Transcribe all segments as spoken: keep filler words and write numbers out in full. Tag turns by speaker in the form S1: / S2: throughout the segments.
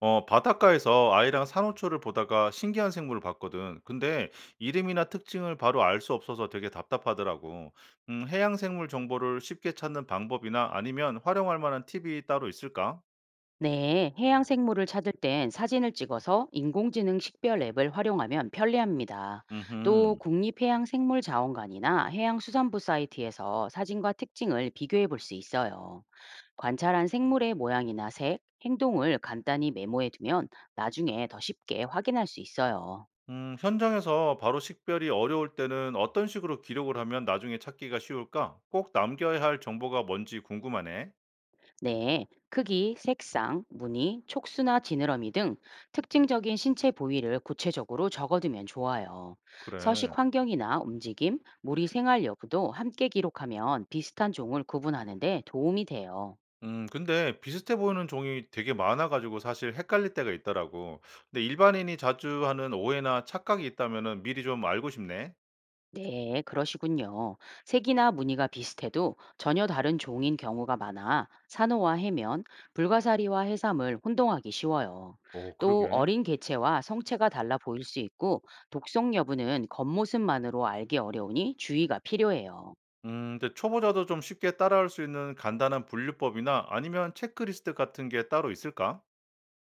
S1: 어, 바닷가에서 아이랑 산호초를 보다가 신기한 생물을 봤거든. 근데 이름이나 특징을 바로 알 수 없어서 되게 답답하더라고. 음, 해양 생물 정보를 쉽게 찾는 방법이나 아니면 활용할 만한 팁이 따로 있을까?
S2: 네, 해양 생물을 찾을 땐 사진을 찍어서 인공지능 식별 앱을 활용하면 편리합니다. 또
S1: 음흠.
S2: 국립해양생물자원관이나 해양수산부 사이트에서 사진과 특징을 비교해 볼 수 있어요. 관찰한 생물의 모양이나 색, 행동을 간단히 메모해 두면 나중에 더 쉽게 확인할 수 있어요.
S1: 음, 현장에서 바로 식별이 어려울 때는 어떤 식으로 기록을 하면 나중에 찾기가 쉬울까? 꼭 남겨야 할 정보가 뭔지 궁금하네.
S2: 네, 크기, 색상, 무늬, 촉수나 지느러미 등 특징적인 신체 부위를 구체적으로 적어두면 좋아요.
S1: 그래.
S2: 서식 환경이나 움직임, 무리 생활 여부도 함께 기록하면 비슷한 종을 구분하는 데 도움이 돼요.
S1: 음 근데 비슷해 보이는 종이 되게 많아 가지고 사실 헷갈릴 때가 있더라고. 근데 일반인이 자주 하는 오해나 착각이 있다면은 미리 좀 알고 싶네.
S2: 네, 그러시군요. 색이나 무늬가 비슷해도 전혀 다른 종인 경우가 많아 산호와 해면, 불가사리와 해삼을 혼동하기 쉬워요.
S1: 오,
S2: 또
S1: 그러게.
S2: 어린 개체와 성체가 달라 보일 수 있고 독성 여부는 겉모습만으로 알기 어려우니 주의가 필요해요.
S1: 음 근데 초보자도 좀 쉽게 따라할 수 있는 간단한 분류법이나 아니면 체크리스트 같은 게 따로 있을까?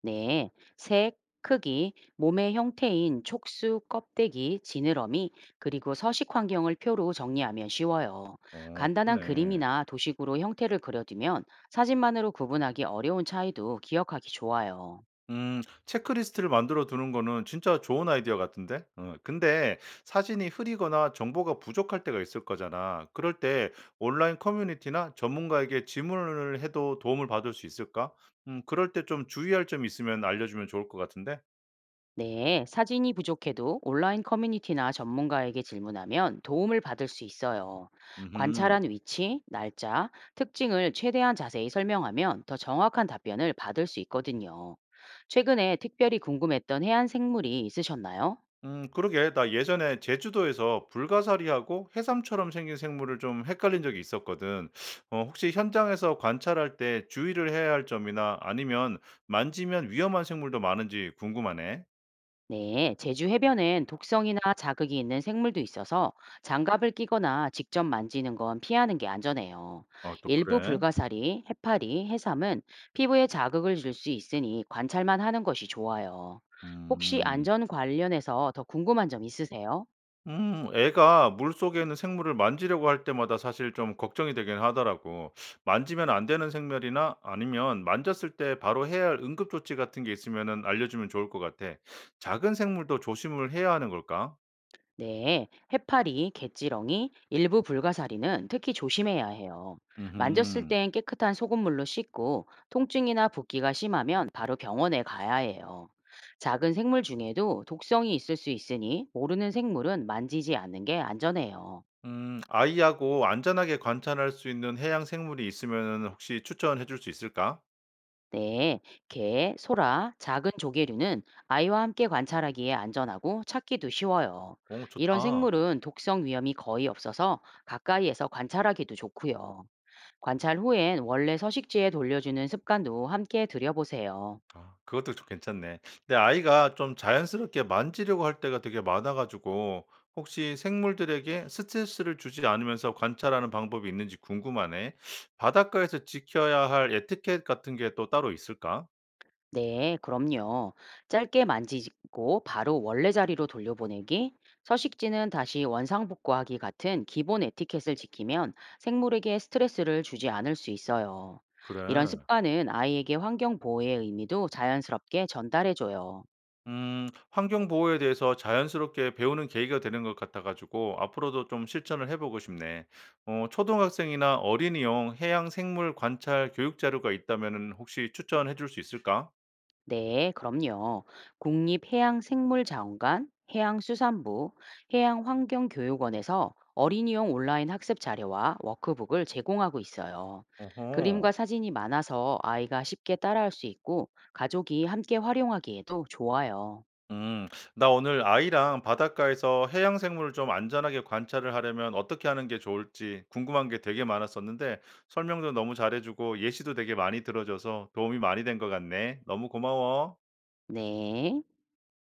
S2: 네, 색, 크기, 몸의 형태인 촉수, 껍데기, 지느러미, 그리고 서식 환경을 표로 정리하면 쉬워요.
S1: 어,
S2: 간단한
S1: 그러네.
S2: 그림이나 도식으로 형태를 그려두면 사진만으로 구분하기 어려운 차이도 기억하기 좋아요.
S1: 음. 체크리스트를 만들어 두는 거는 진짜 좋은 아이디어 같은데? 어, 근데 사진이 흐리거나 정보가 부족할 때가 있을 거잖아. 그럴 때 온라인 커뮤니티나 전문가에게 질문을 해도 도움을 받을 수 있을까? 음 그럴 때 좀 주의할 점이 있으면 알려주면 좋을 것 같은데?
S2: 네, 사진이 부족해도 온라인 커뮤니티나 전문가에게 질문하면 도움을 받을 수 있어요.
S1: 음
S2: 관찰한 위치, 날짜, 특징을 최대한 자세히 설명하면 더 정확한 답변을 받을 수 있거든요. 최근에 특별히 궁금했던 해안 생물이 있으셨나요?
S1: 음, 그러게. 나 예전에 제주도에서 불가사리하고 해삼처럼 생긴 생물을 좀 헷갈린 적이 있었거든. 어, 혹시 현장에서 관찰할 때 주의를 해야 할 점이나 아니면 만지면 위험한 생물도 많은지 궁금하네.
S2: 네, 제주 해변엔 독성이나 자극이 있는 생물도 있어서 장갑을 끼거나 직접 만지는 건 피하는 게 안전해요.
S1: 아, 또
S2: 일부
S1: 그래?
S2: 불가사리, 해파리, 해삼은 피부에 자극을 줄 수 있으니 관찰만 하는 것이 좋아요. 혹시
S1: 음.
S2: 안전 관련해서 더 궁금한 점 있으세요?
S1: 음, 애가 물속에 있는 생물을 만지려고 할 때마다 사실 좀 걱정이 되긴 하더라고. 만지면 안 되는 생물이나 아니면 만졌을 때 바로 해야 할 응급조치 같은 게 있으면은 알려주면 좋을 것 같아. 작은 생물도 조심을 해야 하는 걸까?
S2: 네, 해파리, 갯지렁이, 일부 불가사리는 특히 조심해야 해요. 만졌을
S1: 음
S2: 땐 깨끗한 소금물로 씻고 통증이나 붓기가 심하면 바로 병원에 가야 해요. 작은 생물 중에도 독성이 있을 수 있으니 모르는 생물은 만지지 않는 게 안전해요.
S1: 음 아이하고 안전하게 관찰할 수 있는 해양 생물이 있으면 혹시 추천해 줄 수 있을까?
S2: 네, 개, 소라, 작은 조개류는 아이와 함께 관찰하기에 안전하고 찾기도 쉬워요.
S1: 오,
S2: 이런
S1: 좋다.
S2: 생물은 독성 위험이 거의 없어서 가까이에서 관찰하기도 좋고요. 관찰 후엔 원래 서식지에 돌려주는 습관도 함께 들여보세요.
S1: 아, 그것도 좀 괜찮네. 근데 아이가 좀 자연스럽게 만지려고 할 때가 되게 많아 가지고 혹시 생물들에게 스트레스를 주지 않으면서 관찰하는 방법이 있는지 궁금하네. 바닷가에서 지켜야 할 에티켓 같은 게 또 따로 있을까?
S2: 네, 그럼요. 짧게 만지고 바로 원래 자리로 돌려보내기, 서식지는 다시 원상복구하기 같은 기본 에티켓을 지키면 생물에게 스트레스를 주지 않을 수 있어요. 이런
S1: 그래.
S2: 습관은 아이에게 환경 보호의 의미도 자연스럽게 전달해줘요.
S1: 음, 환경 보호에 대해서 자연스럽게 배우는 계기가 되는 것 같아 가지고 앞으로도 좀 실천을 해 보고 싶네. 어, 초등학생이나 어린이용 해양 생물 관찰 교육 자료가 있다면은 혹시 추천해 줄 수 있을까?
S2: 네, 그럼요. 국립해양생물자원관, 해양수산부, 해양환경교육원에서 어린이용 온라인 학습 자료와 워크북을 제공하고 있어요. 그림과
S1: 어허.
S2: 사진이 많아서 아이가 쉽게 따라할 수 있고 가족이 함께 활용하기에도 좋아요.
S1: 음, 나 오늘 아이랑 바닷가에서 해양 생물을 좀 안전하게 관찰을 하려면 어떻게 하는 게 좋을지 궁금한 게 되게 많았었는데 설명도 너무 잘해주고 예시도 되게 많이 들어줘서 도움이 많이 된 것 같네. 너무 고마워.
S2: 네.